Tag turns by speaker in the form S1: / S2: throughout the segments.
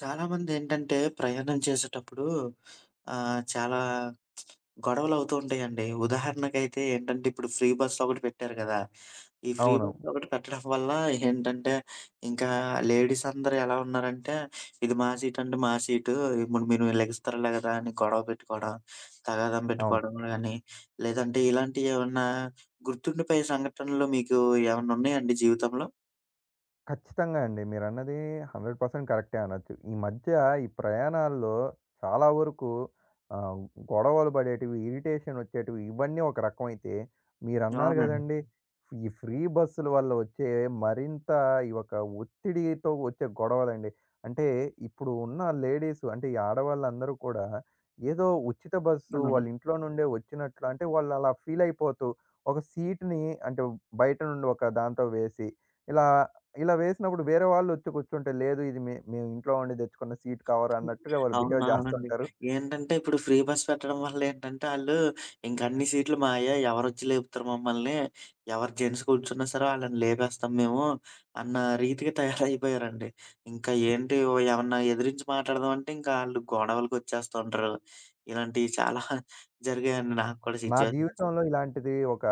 S1: చాలామందేంటంటే, ప్రయాణం చేసేటప్పుడు చాలా గొడవలవుతూ ఉంటాయండి. ఉదాహరణకైతే ఏంటంటే, ఇప్పుడు ఫ్రీ బస్ ఒకటి పెట్టారు గదా! ఈ ఫ్రీ బస్
S2: అవునవును.
S1: ఒకటి పెట్టడం వల్ల ఏంటంటే, ఇంకా లేడీస్ అందరూ ఎలా ఉన్నారంటే, "ఇది మా సీట్ అంటే మా సీటు. ఇప్పుడు మీరు లెగిస్తారులే గదా!" అని గొడవ పెట్టుకోవడం, తగాదం
S2: అవును.
S1: పెట్టుకోవడం గాని, లేదంటే ఇలాంటియి ఏమన్నా గుర్తుండిపోయే సంఘటనలు మీకు ఏమన్నా ఉన్నాయండి జీవితంలో?
S2: ఖచ్చితంగా అండి. మీరన్నది 100% కరెక్టే అనొచ్చు. ఈ మధ్య ఈ ప్రయాణాల్లో చాలా వరకు ఆహ్, గొడవలు పడేటివి, ఇరిటేషన్ వచ్చేటివి ఇవన్నీ ఒక రకమైతే, మీరన్నారు
S1: అవునండి.
S2: గదండీ! ఈ ఫ్రీ బస్సుల వల్ల వచ్చే మరింత ఈ యొక్క ఒత్తిడితో వచ్చే గొడవలండి. అంటే ఇప్పుడు ఉన్న లేడీసు అంటే ఈ ఆడవాళ్ళందరూ కూడా ఏదో ఉచిత బస్సు
S1: అవును.
S2: వాళ్ళ ఇంట్లో నుండే వచ్చినట్లు అంటే వాళ్ళు అలా ఫీల్ అయిపోతూ ఒక సీట్‌ని అంటే బయట నుండి ఒక దాంతో వేసి ఇలా ఇలా వేసినప్పుడు వేరే వాళ్ళు వచ్చి కూర్చుంటే, లేదు ఇది మేము ఇంట్లో ఉండి తెచ్చుకున్న సీట్ కవర్ అన్నట్టుగా వాళ్ళు బిహేవ్
S1: అవునవునండి.
S2: చేస్తుంటారు.
S1: ఏంటంటే ఇప్పుడు ఫ్రీ బస్ పెట్టడం వల్లేంటంటే ఆళ్ళు ఇంక అన్ని సీట్లు మాయే. ఎవరొచ్చి లేపుతారు మమ్మల్ని? ఎవరు జెంట్స్ కూర్చున్నా సరే ఆళ్ళని లేపేస్తాం మేము అన్న రీతిగా తయారైపోయారండి. ఇంకా ఏంటి ఓ ఏమన్నా ఎదిరించి మాట్లాడదామంటే ఇంకా ఆళ్ళు గొడవలకొచ్చేస్తుంటారు. ఇలాంటియి చాలా జరిగాయండి నాకు కూడా
S2: నా
S1: సిట్యుయేషన్స్.
S2: జీవితంలో ఇలాంటిది ఒక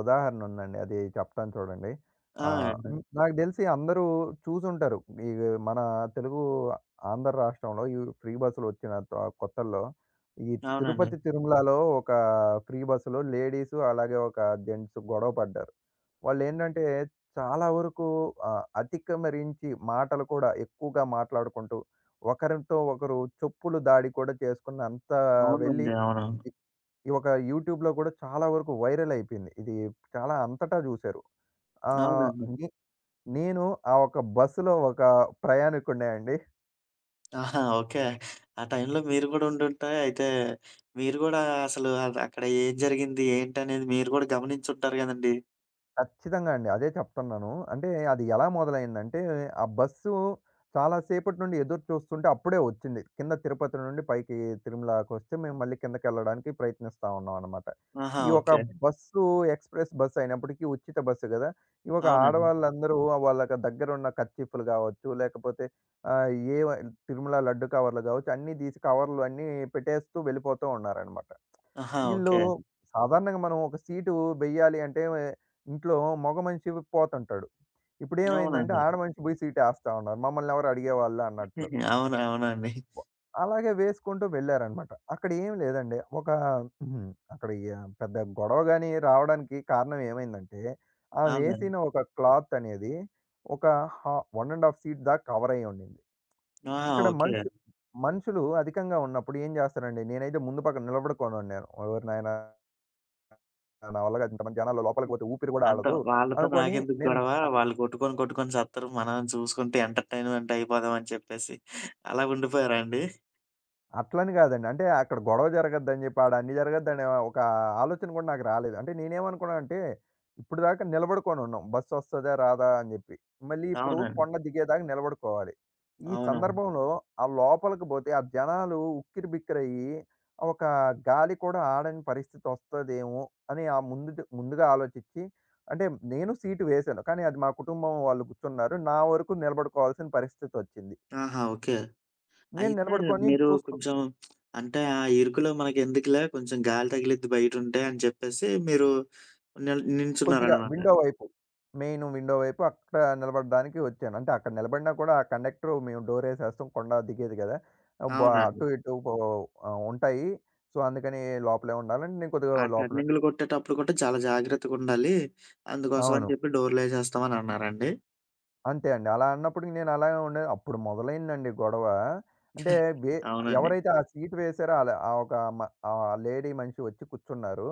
S2: ఉదాహరణ ఉందండి. అది చెప్తాను చూడండి.
S1: ఆ!
S2: ఆహ్,
S1: అండి.
S2: హ్మ్. నాకు తెలిసి అందరూ చూసుంటారు. ఈ మన తెలుగు ఆంధ్ర రాష్ట్రంలో ఈ ఫ్రీ బస్సులు వచ్చిన కొత్తల్లో ఈ
S1: అవునండి.
S2: తిరుపతి, తిరుమలలో ఒక ఫ్రీ బస్సులో లేడీసు అలాగే ఒక జెంట్స్ గొడవ పడ్డారు. వాళ్ళేంటంటే చాలా వరకు అతిక్రమరించి మాటలు కూడా ఎక్కువగా మాట్లాడుకుంటూ, ఒకరితో ఒకరు చెప్పులు దాడి కూడా చేసుకున్నంత వెళ్ళి
S1: అవునండి. అవును.
S2: ఈ ఒక యూట్యూబ్‌లో కూడా చాలా వరకు వైరల్ అయిపోయింది. ఇది చాలా అంతటా జూసారు. ఆహ్,
S1: అవునండి.
S2: నే నేను ఆ ఒక బస్సులో ఒక ప్రయాణికుడినే అండి.
S1: ఆహా! ఓకే. ఆ టైంలో మీరు గూడా ఉండుంటే అయితే, మీరు గూడా అసలు అక్కడ ఏం జరిగింది, ఏంటనేది మీరు గూడా గమనించుంటారు గదండీ!
S2: ఖచ్చితంగా అండి. అదే చెప్తున్నాను. అంటే అది ఎలా మొదలైందంటే, ఆ బస్సు చాలా సేపటి నుండి ఎదురు చూస్తుంటే అప్పుడే వచ్చింది. కింద తిరుపతి నుండి పైకి తిరుమలకొస్తే మేము మళ్ళీ కిందకెళ్ళడానికి ప్రయత్నిస్తా ఉన్నామనమాట.
S1: ఆహా!
S2: ఈ ఒక
S1: ఓకే.
S2: బస్సు ఎక్స్‌ప్రెస్ బస్ అయినప్పటికీ ఉచిత బస్సు గదా! ఈ ఒక
S1: అవునండి.
S2: ఆడవాళ్ళందరూ వాళ్ళకి దగ్గరున్న కర్చీఫ్‌లు గావచ్చు, లేకపోతే ఆహ్, ఏవ తిరుమల లడ్డు కవర్లు గావచ్చు అన్నీ తీసి కవర్లు అన్నీ పెట్టేస్తూ వెళ్ళిపోతూ ఉన్నారనమాట.
S1: ఆహా!
S2: ఈళ్ళు
S1: ఓకే.
S2: సాధారణంగా మనం ఒక సీటు వెయ్యాలి అంటే ఇంట్లో మగ మనిషి పోతుంటాడు. ఇప్పుడేమైందంటే
S1: అవునండి.
S2: ఆడ మనిషి పోయి సీట్ ఏస్తా ఉన్నారు. మమ్మల్ని ఎవరు అడిగేవాళ్ళు అన్నట్లు.
S1: అవును. అవునండి.
S2: అలాగే వేసుకుంటూ వెళ్లారన్నమాట. అక్కడ ఏం లేదండి. ఒక ఉహుం, అక్కడ పెద్ద గొడవ గాని రావడానికి కారణం ఏమైందంటే, ఆమె
S1: అవునండి.
S2: వేసిన ఒక క్లాత్ అనేది ఒక హా 1½ సీట్ దాకా కవర్ అయ్యి ఉండింది.
S1: ఆహా!
S2: అక్కడ
S1: ఓకే.
S2: మనుషు మనుషులు అధికంగా ఉన్నప్పుడు ఏం చేస్తారండి నేనైతే ముందు పక్క నిలబడుకోనున్నాను. ఎవరినైనా నా వల్ల కాదు ఇంతమంది జనాల్లో లోపలికి పోతే ఊపిరి కూడా
S1: అంత
S2: ఆడదు
S1: వాళ్ళతో
S2: అనుకోని
S1: నాకెందుకు
S2: నేను
S1: గొడవ, వాళ్ళు కొట్టుకొని, కొట్టుకొని సత్తరు. మనం చూసుకుంటే ఎంటర్‌టైన్‌మెంట్ అయిపోదాం అని చెప్పేసి అలా ఉండిపోయారా అండి?
S2: అట్లని గాదండి. అంటే అక్కడ గొడవ జరగద్దని జెప్పి, ఆడ అన్ని జరగద్దనే ఒక ఆలోచన గూడా నాకు రాలేదు. అంటే నేనేమనుకున్నానంటే, ఇప్పటిదాకా నిలబడుకొనున్నాం. బస్సొస్తదా? రాదా? అని జెప్పి. మళ్ళీ ఇప్పుడు
S1: అవునండి.
S2: కొండ దిగేదాకా నిలబడుకోవాలి. ఈ
S1: అవునవును.
S2: సందర్భంలో ఆ లోపలికి బోతే ఆ జనాలు ఉక్కిరిబిక్కిరయ్యి, ఒక గాలి కూడా ఆడని పరిస్థితొస్తదేమో అని ఆ ముందుగా ఆలోచిచ్చి, అంటే నేను సీటు వేశాను. కానీ అది మా కుటుంబం వాళ్ళు కూర్చున్నారు. నా వరకు నిలబడుకోవాల్సిన పరిస్థితొచ్చింది.
S1: ఆహా! ఓకే.
S2: నేను
S1: అయితే
S2: నిలబడుకొని
S1: మీరు
S2: చూస్
S1: కొంచెం అంటే ఆ ఇరుకులో మనకెందుకులే కొంచెం గాలి తగిలిద్ది బయటుంటే అని చెప్పేసి మీరు
S2: కొద్దిగా
S1: నిల్చున్నారనమాట.
S2: విండో వైపు. మెయిన్ విండో వైపు అక్కడ నిలబడడానికి వచ్చాను. అంటే అక్కడ నిలబడినా కూడా ఆ కండక్టరు మేము డోరేసేస్తాం కొండ దిగేది కదా! బ
S1: అవునండి.
S2: అటు ఇటు పో ఉంటాయి. సో, అందుకని లోపలే ఉండాలని నేను కొద్దిగా
S1: ఆ
S2: లోపల
S1: టర్నింగులు కొట్టేటప్పుడు కూడా చాలా జాగ్రత్తగుండాలి. అందుకోసం
S2: అవును.
S1: అని చెప్పి డోర్‌లేసేస్తాం అని అన్నారండి?
S2: అంతే అండి. అలా అన్నప్పుడు నేను అలాగే ఉండేది. అప్పుడు మొదలైందండి గొడవ. అంటే వే
S1: అవునండి.
S2: ఎవరైతే ఆ సీట్ వేశారో ఆళ్ళ ఆ ఒక మ ఆ లేడీ మనిషి వచ్చి కూర్చున్నారు.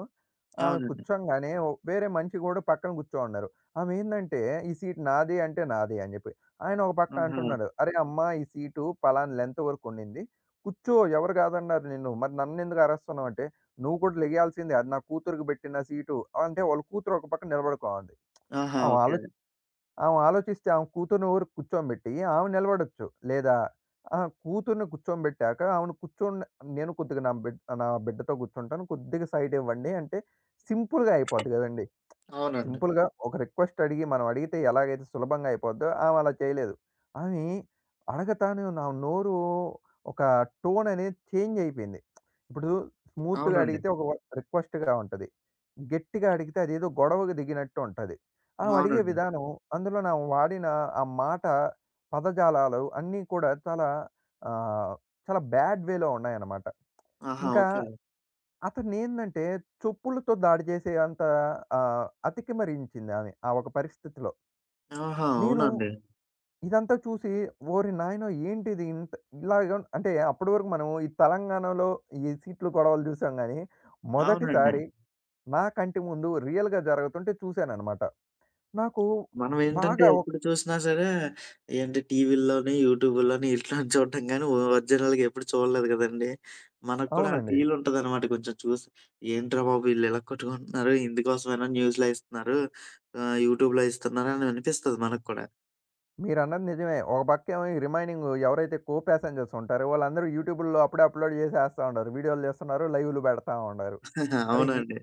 S2: ఆమె
S1: అవునండి.
S2: కూర్చోంగానే ఓ- వేరే మనిషి గూడా పక్కన కూర్చోమన్నారు. ఆమె ఏందంటే "ఈ సీట్ నాది" అంటే నాది అని జెప్పి. ఆయన ఒక పక్క
S1: ఆహా!
S2: అంటున్నాడు. "అరే అమ్మా! ఈ సీటు పలానా లెంత్ వరకు ఉండింది. కూర్చో ఎవరు కాదన్నారు నిన్ను. మరి నన్నెందుకు అరుస్తున్నావు" అంటే "నువ్వు కూడా లెగియాల్సిందే. అది నా కూతురికి పెట్టిన సీటు" అంటే వాళ్ళ కూతురు ఒక పక్క నిలబడుకోనుంది.
S1: ఆహా!
S2: ఆమె
S1: ఓకే.
S2: ఆలో ఆమె ఆలోచిస్తే ఆమె కూతుర్ని ఊరు కూర్చోబెట్టి ఆమె నిలబడొచ్చు. లేదా ఆహా! కూతుర్ని కూర్చోబెట్టాక ఆమెను కూర్చోండి నేను కొద్దిగా నా బిడ్డతో కూర్చుంటాను. కొద్దిగా సైడ్ ఇవ్వండి అంటే సింపుల్‌గా అయిపోద్ది గదండీ!
S1: అవునండి.
S2: సింపుల్‌గా ఒక రిక్వెస్ట్ అడిగి మనం అడిగితే ఎలాగైతే సులభంగా అయిపోద్దో, ఆమె అలా చేయలేదు. ఆమె అడగతానే నా నోరు ఒక టోన్ అనేది చేంజ్ అయిపోయింది. ఇప్పుడు స్మూత్‌గా
S1: అవునండి.
S2: అడిగితే ఒక రిక్వెస్ట్‌గా ఉంటది. గట్టిగా అడిగితే అదేదో గొడవకు దిగినట్టు ఉంటది. ఆమె అడిగే
S1: అవునండి.
S2: విధానం అందులో నా వాడిన ఆ మాట, పదజాలాలు అన్నీ కూడా చాలా ఆహ్, చాలా బ్యాడ్ వేలో ఉన్నాయన్నమాట.
S1: ఆహా!
S2: ఇంకా
S1: ఓకే.
S2: అతన్నేందంటే చెప్పులతో దాడి చేసే అంత అతికిమరించింది ఆమె. ఆ ఒక పరిస్థితిలో.
S1: ఆహా!
S2: నేను
S1: అవునండి.
S2: ఇదంతా చూసి ఓరి నాయనో! ఏంటిది ఇంత ఇలాగ ఉన్-" అంటే అప్పటి వరకు మనం ఈ తెలంగాణలో ఈ సీట్ల గొడవలు చూసాం గానీ,
S1: అవునండి.
S2: మొదటిసారి నా కంటి ముందు రియల్‌గా జరుగుతుంటే చూసాననమాట. నాకు
S1: మనం ఏంటంటే
S2: బాగా ఒ
S1: ఎప్పుడు చూసినా సరే ఏంటి టీవీల్లోని, యూట్యూబుల్లోని ఇట్లోని చూడటం గానీ ఒరిజినల్‌గా ఎప్పుడు చూడలేదు గదండీ. మనకు కూడా ఆ
S2: అవునండి.
S1: ఫీల్ ఉంటదనమాట కొంచెం చూసి. ఏంట్రా బాబు ఈళ్ళు ఇలా కొట్టుకుంటున్నారు, ఇందుకోసమేనా న్యూస్‌లో ఇస్తున్నారు, యూట్యూబ్‌లో ఇస్తున్నారు అని అనిపిస్తది మనకు కూడా.
S2: మీరన్నది నిజమే. ఒక పక్కేమో ఈ రిమైనింగ్ ఎవరైతే కో పాసెంజర్స్ ఉంటారో వాళ్ళందరూ యూట్యూబుల్లో అప్పుడే అప్‌లోడ్ చేసేస్తా ఉండారు. వీడియోలు తీస్తున్నారు, లైవ్‌లు పెడతా ఉండారు. అరే!
S1: అవునండి.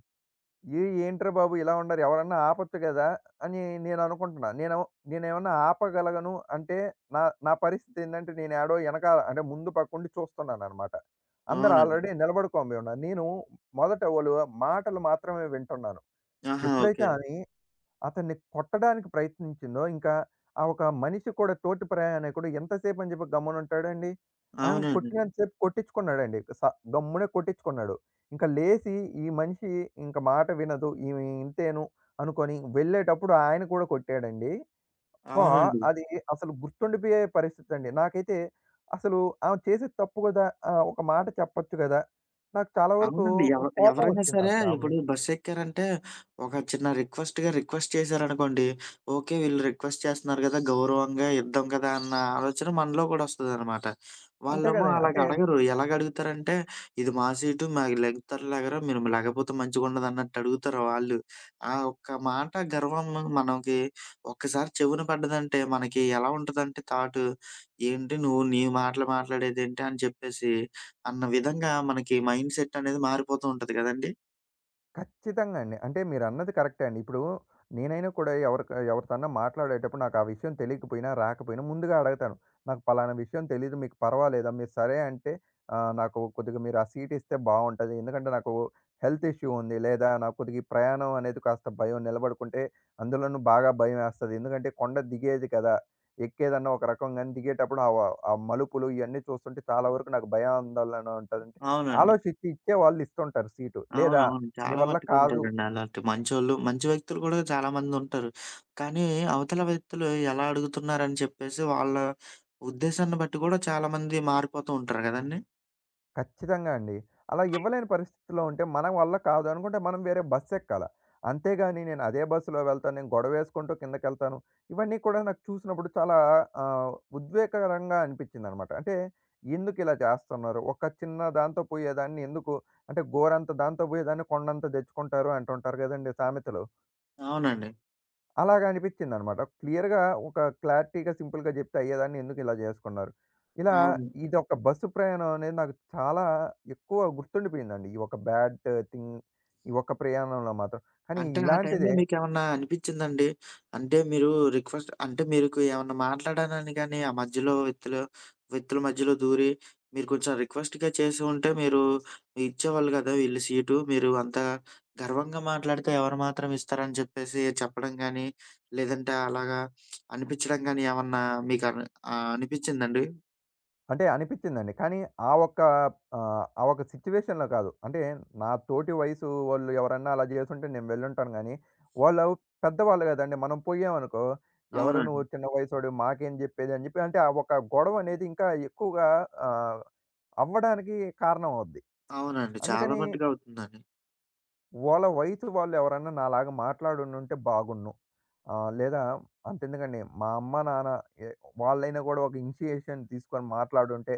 S2: ఏంట్రా బాబు! ఇలా ఉన్నారు. ఎవరన్నా ఆపొచ్చు గదా! అని నేననుకుంటున్నా. నేనేమన్నా ఆపగలను అంటే, నా నా పరిస్థితి ఏందంటే, నేను యాడో ఎనకాల అంటే ముందు పక్కుండి చూస్తున్నాననమాట. అందరూ
S1: అవునండి.
S2: ఆల్రెడీ నిలబడుకోండి ఉన్నారు. నేను మొదట వాళ్ళు మాటలు మాత్రమే వింటున్నాను.
S1: ఆహా!
S2: ఎప్పుడైతే
S1: ఓకే.
S2: అని అతన్ని కొట్టడానికి ప్రయత్నించిందో, ఇంకా ఆ ఒక మనిషి కూడా తోటి ప్రయాణికుడు ఎంతసేపు అని చెప్పి గమ్మునుంటాడండి? ఆయన
S1: అవునండి.
S2: కొట్టినంత సేపు కొట్టించుకున్నాడండి. గమ్మునే కొట్టించుకున్నాడు. ఇంకా లేసి ఈ మనిషి ఇంక మాట వినదు. ఈమె ఇంతేను అనుకోని వెళ్ళేటప్పుడు ఆయన కూడా కొట్టాడండి. అబ్బా!
S1: అవునండి.
S2: అది అసలు గుర్తుండిపోయే పరిస్థితండి. నాకైతే అసలు ఆమె చేసేది తప్పు గదా! ఒక మాట చెప్పొచ్చు గదా! నాకు చాలా వరకు
S1: అవునండి.
S2: కోపం
S1: ఎవరైనా సరే
S2: వచ్చిందసల ఆమె
S1: ఇప్పుడు
S2: మీద.
S1: బస్సెక్కారంటే ఒక చిన్న రిక్వెస్ట్‌గా రిక్వెస్ట్ చేశారనుకోండి, ఓకే. వీళ్ళు రిక్వెస్ట్ చేస్తున్నారు గదా! గౌరవంగా ఇద్దాం కదా! అన్న ఆలోచన మనలో కూడా వస్తదనమాట.
S2: అంతే
S1: వాళ్ళేమో
S2: గదండీ. అంటే
S1: అలాగడగరు. ఎలాగడుగుతారంటే, "ఇది మా సీటు మాకు లెగుతారో లెగరో మీరు లెగపోతే మంచిగుండదన్నట్టు" అడుగుతారు వాళ్ళు. ఆ ఒక్క మాట గర్వం మనకి ఒక్కసారి చెవున పడ్డదంటే మనకి ఎలా ఉంటదంటే థాటు, ఏంటి నువ్వు నీ మాటలు మాట్లాడేదేంటి అని చెప్పేసి అన్న విధంగా మనకి మైండ్‌సెట్ అనేది మారిపోతూ ఉంటది గదండీ!
S2: ఖచ్చితంగా అండి. అంటే మీరన్నది కరెక్టే అండి. ఇప్పుడు నేనైనా కూడా ఎవరితోన్నా మాట్లాడేటప్పుడు నాకు ఆ విషయం తెలియకపోయినా, రాకపోయినా ముందుగా అడగతాను. నాకు పలానా విషయం తెలీదు. మీకు పర్వాలేదా? మీరు సరే అంటే నాకు కొద్దిగా మీరు ఆ సీట్ ఇస్తే బావుంటది. ఎందుకంటే నాకు హెల్త్ ఇష్యూ ఉంది. లేదా నాకు కొద్దిగా ఈ ప్రయాణం అనేది కాస్త భయం. నిలబడుకుంటే అందులోనూ బాగా భయమేస్తది. ఎందుకంటే కొండ దిగేది కదా! ఎక్కేదన్నా ఒక రకం గాని దిగేటప్పుడు ఆ మలుపులు ఇయన్నీ చూస్తుంటే చాలా వరకు నాకు భయాందోళన ఉంటదంటే
S1: అవునండి.
S2: ఆలోచించి ఇచ్చేవాళ్ళు ఇస్తుంటారు సీటు. లేదా
S1: అవునవును.
S2: నీ
S1: చాలా
S2: వల్ల
S1: మట్టుకు
S2: కాదు.
S1: ఉంటారండి అలాంటి మంచోళ్ళు. మంచి వ్యక్తులు గూడా చాలా మందుంటారు. కానీ అవతల వ్యక్తులు ఎలా అడుగుతున్నారని చెప్పేసి వాళ్ళ ఉద్దేశాన్ని బట్టి గూడా చాలా మంది మారిపోతూ ఉంటారు గదండీ!
S2: ఖచ్చితంగా అండి. అలా ఇవ్వలేని పరిస్థితిలో ఉంటే మన వల్ల కాదు అనుకుంటే మనం వేరే బస్ ఎక్కాల. అంతేగాని నేను అదే బస్సులో వెళ్తాను. నేను గొడవేసుకుంటూ కిందకెళ్తాను. ఇవన్నీ కూడా నాకు చూసినప్పుడు చాలా ఆహ్, ఉద్వేగకరంగా అనిపించిందనమాట. అంటే ఎందుకిలా చేస్తున్నారు? ఒక చిన్న దాంతో పోయేదాన్ని ఎందుకు అంటే గోరంత దాంతో పోయేదాన్ని కొండంత తెచ్చుకుంటారు అంటుంటారు గదండీ సామెతలు.
S1: అవునండి.
S2: అలాగా అనిపించిందనమాట. క్లియర్‌గా ఒక క్లారిటీగా, సింపుల్‌గా జెప్తే అయ్యేదాన్ని ఎందుకు ఇలా జేసుకున్నారు? ఇలా
S1: అవును.
S2: ఇదొక బస్సు ప్రయాణం అనేది నాకు చాలా ఎక్కువ గుర్తుండిపోయిందండి. ఈ ఒక బ్యాడ్ థింగ్ ఈ ఒక్క ప్రయాణంలో మాత్రం. కానీ
S1: అంటే ఆ టైంలో
S2: ఇలాంటిదే
S1: మీకేమన్నా అనిపిచ్చిందండి? అంటే మీరు రిక్వెస్ట్ అంటే మీకు ఏమన్నా మాట్లాడానని గాని ఆ మధ్యలో వ్యక్తులు వ్యక్తుల మధ్యలో దూరి మీరు కొంచెం రిక్వెస్ట్‌గా చేసి ఉంటే మీరు ఇచ్చేవాళ్ళు గదా! వీళ్ళు సీటు. మీరు అంత గర్వంగా మాట్లాడితే ఎవరు మాత్రం ఇస్తారని చెప్పేసి చెప్పడం గాని, లేదంటే అలాగా అనిపిచ్చడం గాని ఏమన్నా మీకు అనిపిచ్చిందండి?
S2: అంటే అనిపించిందండి. కానీ ఆ ఒక్క ఆ ఒక్క సిట్యుయేషన్‌లో కాదు. అంటే నా తోటి వయసు వాళ్ళు ఎవరన్నా అలా జేసుంటే నేను వెళ్ళుంటాను గానీ, వాళ్ళు పెద్దవాళ్ళు గదండీ! మనం పోయామనుకో, "ఎవరు
S1: అవునండి.
S2: నువ్వు చిన్న వయసోడివి మాకేం జెప్పేది" అని జెప్పి అంటే ఆ ఒక గొడవ అనేది ఇంకా ఎక్కువగా ఆహ్ అవ్వడానికి కారణం అవుద్ది.
S1: అవునండి. చాలా
S2: అందుకని
S1: మట్టుకు అవుతుందండి.
S2: వాళ్ళ వయసు వాళ్ళు ఎవరన్నా నాలాగా మాట్లాడుండుంటే బాగున్ను. లేదా అంతెందుకండి మా అమ్మ, నాన్న ఎ వాళ్ళైనా గూడా ఒక ఇనిషియేషన్ తీసుకొని మాట్లాడుంటే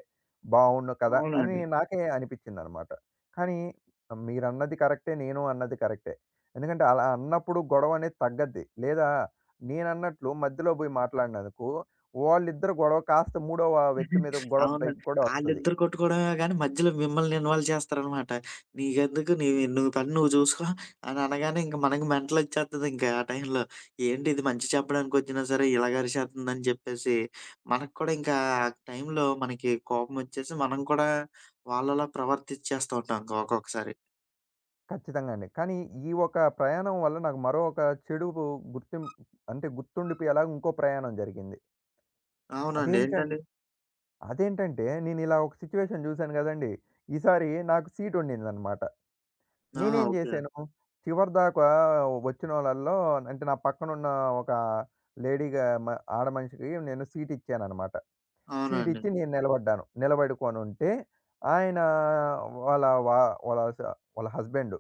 S2: బావుండు కదా! అని
S1: అవునండి.
S2: నాకే అనిపిచ్చిందనమాట. కానీ మీరన్నది కరెక్టే. నేను అన్నది కరెక్టే. ఎందుకంటే అలా అన్నప్పుడు గొడవనేది తగ్గద్ది. లేదా నేనన్నట్లు మధ్యలో బోయి మాట్లాడినందుకు వాళ్ళిద్దరు గొడవ కాస్త మూడవ వ్యక్తి మీద గొడవ పైకి
S1: అవునండి.
S2: కూడా వస్తది.
S1: ఆళ్ళిద్దరు కొట్టుకోవడమే గానీ, మధ్యలో మిమ్మల్ని ఇన్వాల్వ్ చేస్తారనమాట. "నీకెందుకు నీ నీ పని నువ్వు చూసుకో" అని అనగానే ఇంక మనకి మెంటలొచ్చేత్తదింక ఆ టైంలో. ఏంటి ఇది మంచి చెప్పడానికొచ్చినా సరే ఇలాగరిచేత్తందని చెప్పేసి, మనకు కూడా ఇంకా ఆ టైంలో మనకి కోపమొచ్చేసి మనం కూడా వాళ్ళలా ప్రవర్తిచ్చేస్తూ ఉంటాం ఇంక ఒక్కొక్కసారి.
S2: ఖచ్చితంగా అండి. కానీ ఈ ఒక ప్రయాణం వల్ల నాకు మరో ఒక చెడు గుర్తిం అంటే గుర్తుండిపోయేలాగా ఇంకో ప్రయాణం జరిగింది.
S1: అవునండి.
S2: అదేంటం
S1: ఏంటండి
S2: అదేంటంటే నేను ఇలా ఒక సిట్యుయేషన్ చూసాను గదండీ! ఈసారి నాకు సీట్ ఉండిందన్నమాట.
S1: ఆ!
S2: నేనేం
S1: ఓకే.
S2: జేశాను, చివరిదాకా వచ్చినోళ్ళల్లో అంటే నా పక్కనున్న ఒక లేడీగా మ ఆడ మనిషికి నేను సీట్ ఇచ్చానన్నమాట. సీట్
S1: అవునండి.
S2: ఇచ్చి నేను నిలబడ్డాను. నిలబడుకొనుంటే ఆయన వాళ్ళ వా వాళ్ళ స వాళ్ళ హస్బెండు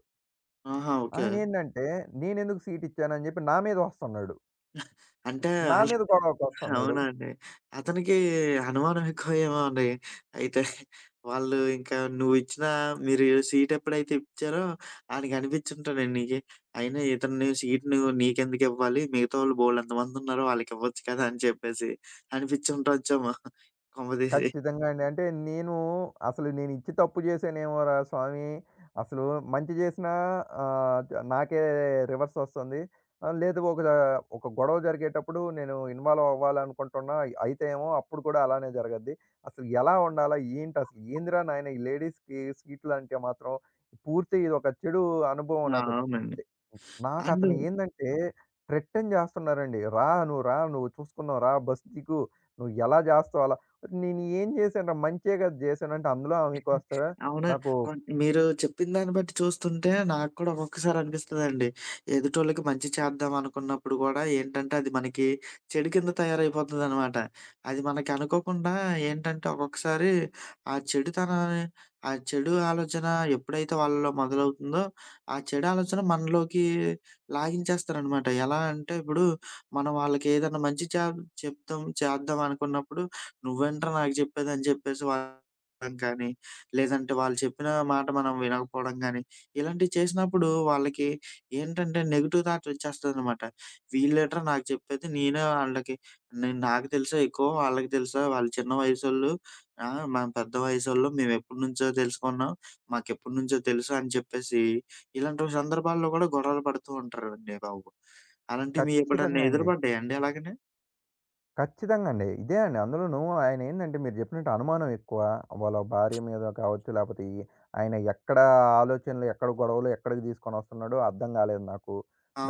S1: ఆహా! ఓకే.
S2: ఆయనేంటంటే నేనెందుకు సీట్ ఇచ్చానని చెప్పి నా మీద వస్తున్నాడు.
S1: అంటే
S2: నా
S1: ఆళ్ళ
S2: మీద గొడవకొస్తున్నాడు.
S1: అవునా అండి. అతనికి అనుమానం ఎక్కువేమో అండి. అయితే వాళ్ళు ఇంకా నువ్విచ్చిన మీరు సీట్ ఎప్పుడైతే ఇచ్చారో ఆడికి అనిపించుంటదండి. అయినా ఇతను "నువ్వు సీట్ నువ్వు నీకెందుకివ్వాలి? మిగతావాళ్ళు బోలెడంతమందున్నారు. వాళ్ళకివ్వచ్చు కదా! అని చెప్పేసి అనిపించుండొచ్చేమో కొంపదీసి.
S2: ఖచ్చితంగా అండి. అంటే నేను అసలు నేను ఇచ్చి తప్పు చేశానేమోరా స్వామి! అసలు మంచి చేసినా ఆహ్, ద నాకే రివర్స్ ఒస్తుంది. లేదు ఒక ఒక గొడవ జరిగేటప్పుడు నేను ఇన్వాల్వ్ అవ్వాలనుకుంటున్నా. అయితే ఏమో అప్పుడు కూడా అలానే జరగద్ది. అసలు ఎలా ఉండాలా? ఏంటి అసలు? ఏందిరా నాయన ఈ లేడీస్‌కి సీట్లంటే మాత్రం పూర్తి ఇదొక చెడు అనుభవం
S1: ఆ!
S2: నాకొచ్చి
S1: అవునండి.
S2: అంటే
S1: అండ్
S2: నాకతను ఏందంటే, థ్రెటన్ జేస్తున్నారండి. "రా నువ్వు రా, నువ్వు చూసుకుందాం రా, బస్ దిగు. నువ్వు ఎలా జేస్తావు అలా" నేను ఏం జేశానురా మంచే గదా! జేశాను. అంటే అందులో ఆమెకొస్తే
S1: అవును.
S2: నాకు
S1: మీరు చెప్పిన దాన్ని బట్టి చూస్తుంటే నాకు కూడా ఒక్కొక్కసారి అనిపిస్తదండి. ఎదుటోళ్ళకి మంచి చేద్దాం అనుకున్నప్పుడు గూడా ఏంటంటే అది మనకి చెడు కింద తయారైపోతదనమాట. అది మనకి అనుకోకుండా ఏంటంటే ఒక్కొక్కసారి ఆ చెడుతనాన్ని ఆ చెడు ఆలోచన ఎప్పుడైతే వాళ్ళలో మొదలవుతుందో, ఆ చెడు ఆలోచన మనలోకి లాగించేస్తారనమాట. ఎలా అంటే ఇప్పుడు మనం వాళ్ళకి ఏదైనా మంచి చెప్తాం చేద్దాం అనుకున్నప్పుడు, "నువ్వేంట్రా నాకు చెప్పేది" అని చెప్పేసి వాళ్ళం కానీ లేదంటే వాళ్ళు చెప్పిన మాట మనం వినకపోవడం గానీ, ఇలాంటివి చేసినప్పుడు వాళ్ళకి ఏంటంటే నెగెటివ్ థాట్ వచ్చేస్తదనమాట. వీళ్ళేట్రా నాకు చెప్పేది నేనే ఆళ్ళకి నేను నాకు తెలుసా ఎక్కువ వాళ్ళకి తెలుసా? వాళ్ళు చిన్న వయసోళ్ళు. ఆ! మనం పెద్ద వయసోళ్ళం. మేమెప్పటినుంచో తెలుసుకున్నాం. మాకెప్పటినుంచో తెలుసు అని చెప్పేసి ఇలాంటి సందర్భాల్లో కూడా గొడవలు పడుతూ ఉంటారండి బాబు. అలాంటివి మీ ఎప్పుడన్నా
S2: ఖచ్చితంగా అండి.
S1: ఎదురుపడ్డాయా అండి అలాగని?
S2: ఖచ్చితంగా అండి. ఇదే అండి. అందులోనూ ఆయనేందంటే మీరు జెప్పినట్టు అనుమానం ఎక్కువ. వాళ్ళ భార్య మీద కావచ్చు, లేపోతే ఈ ఆయన ఎక్కడ ఆలోచనలు, ఎక్కడ గొడవలు ఎక్కడికి దీసుకొనొస్తున్నాడో అర్థం గాలేదు నాకు.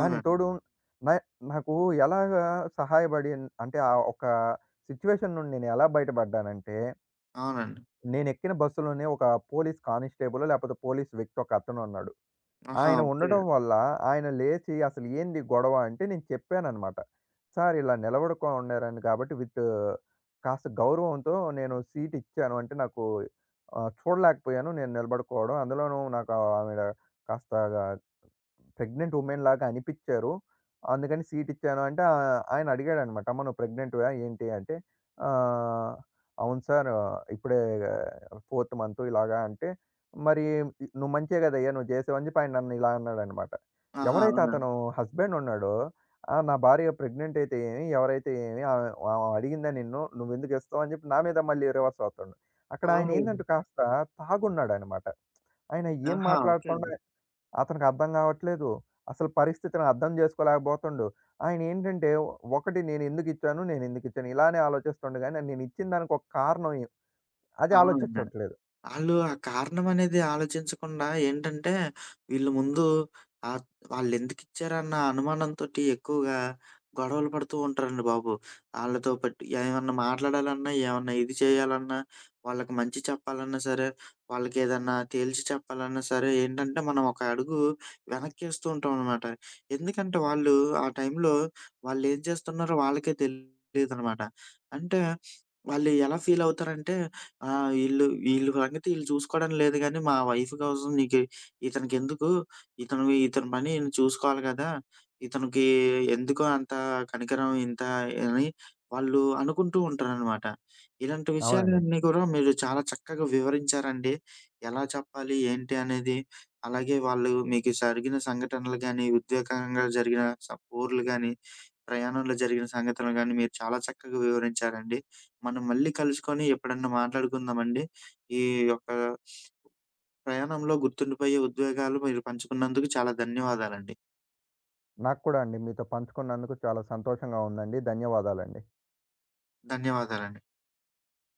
S2: దానికి తోడు న నాకు ఎలాగా అంటే ఆ ఒక సిట్యుయేషన్ నుండి నేనెలా బయటపడ్డానంటే,
S1: అవునండి.
S2: నేనెక్కిన బస్సులోనే ఒక పోలీస్ కానిస్టేబులో, లేపోతే పోలీస్ వ్యక్తి ఒకతనున్నాడు.
S1: ఆహా!
S2: ఆయన
S1: ఓకే.
S2: ఉండడం వల్ల ఆయన లేచి అసలు ఏంది గొడవ అంటే నేను చెప్పాననమాట. సార్ ఇలా నిలబడకుండా ఉండారని కాబట్టి కాస్త గౌరవంతో నేను సీట్ ఇచ్చాను. అంటే నాకు చూడలేకపోయాను నేను నిలబడుకోవడం. అందులోనూ నాకు ఆవిడ కాస్త ప్రెగ్నెంట్ వుమెన్ లాగా అనిపిచ్చారు. అందుకని సీట్ ఇచ్చాను అంటే ఆయన అడిగాడనమాట. "అమ్మ నువ్వు ప్రెగ్నెంట్‌వా ఏంటి?" అంటే ఆహ్, "అవును సార్. ఆ, ఇప్పుడే ఫోర్త్ మంత్ ఇలాగా" అంటే "మరి నువ్వు మంచే కదయ్యా! నువ్వు చేసావు" అని చెప్పి ఆయన నన్ను ఇలా అన్నాడనమాట.
S1: ఆహా!
S2: ఎవరైతే
S1: అవునండి.
S2: అతను హస్బెండ్ ఉన్నాడో "ఆ! నా భార్య ప్రెగ్నెంట్ అయితే ఏమి? ఎవరైతే ఏమి? ఆమె ఆమె అడిగిందా నిన్ను? నువ్వెందుకు ఇస్తావు?" అని చెప్పి నా మీద మళ్ళీ రివర్స్ అవుతుండు. అక్కడ
S1: అవునండి.
S2: ఆయనేందంటే కాస్త తాగున్నాడనమాట. ఆయన ఏం
S1: ఆహా! ఓకే.
S2: మాట్లాడుతుండో అతనికి అర్థం గావట్లేదు. అసలు పరిస్థితిని అర్థం జేసుకోలేకపోతుండు. ఆయనేంటంటే ఒకటి నేనెందుకిచ్చాను ఇలానే ఆలోచిస్తుండు గానీ, నేనిచ్చిన దానికి ఒక కారణం అది
S1: అవునండి.
S2: ఆలోచించట్లేదు.
S1: ఆళ్ళు ఆ కారణమనేది ఆలోచించకుండా ఏంటంటే, వీళ్ళు ముందు ఆహ్, వాళ్ళెందుకిచ్చారన్న అనుమానంతోటి ఎక్కువగా గొడవలు పడుతూ ఉంటారండి బాబు. ఆళ్ళతో పట్టి ఏమన్నా మాట్లాడాలన్నా, ఏమన్నా ఇది చేయాలన్నా, వాళ్ళకి మంచి చెప్పాలన్నా సరే, వాళ్ళకేదన్నా తేల్చి చెప్పాలన్నా సరే ఏంటంటే, మనం ఒక అడుగు వెనక్కేస్తూ ఉంటామనమాట. ఎందుకంటే, వాళ్ళు ఆ టైంలో వాళ్ళేం చేస్తున్నారో వాళ్ళకే తెలీదనమాట. అంటే, వాళ్ళు ఎలా ఫీలవుతారంటే ఆ! ఈళ్ళు ఈళ్ళు సంగతి ఈళ్ళు చూసుకోవడం లేదు గానీ, మా వైఫ్ కోసం నీకు ఇతనికెందుకు? ఇతను ఇతని పని ఈయన చూసుకోవాలి గదా! ఇతనికి ఎందుకు అంత కనికరం ఇంత అని వాళ్ళు అనుకుంటూ ఉంటారనమాట. ఇలాంటి
S2: అవునండి.
S1: విషయాలన్నీ కూడా మీరు చాలా చక్కగా వివరించారండి. ఎలా చెప్పాలి? ఏంటి? అనేది అలాగే వాళ్ళు మీకు జరిగిన సంఘటనలు గానీ, ఉద్వేగకంగా జరిగిన ఊర్లు గానీ, ప్రయాణంలో జరిగిన సంఘటనలు గానీ మీరు చాలా చక్కగా వివరించారండి. మనం మళ్ళీ కలుసుకొని ఎప్పుడన్నా మాట్లాడుకుందామండి. ఈ యొక్క ప్రయాణంలో గుర్తుండిపోయే ఉద్వేగాలు మీరు పంచుకున్నందుకు చాలా ధన్యవాదాలండి.
S2: నాకు కూడా అండి మీతో పంచుకున్నందుకు చాలా సంతోషంగా ఉందండి. ధన్యవాదాలండి.
S1: ధన్యవాదాలండి.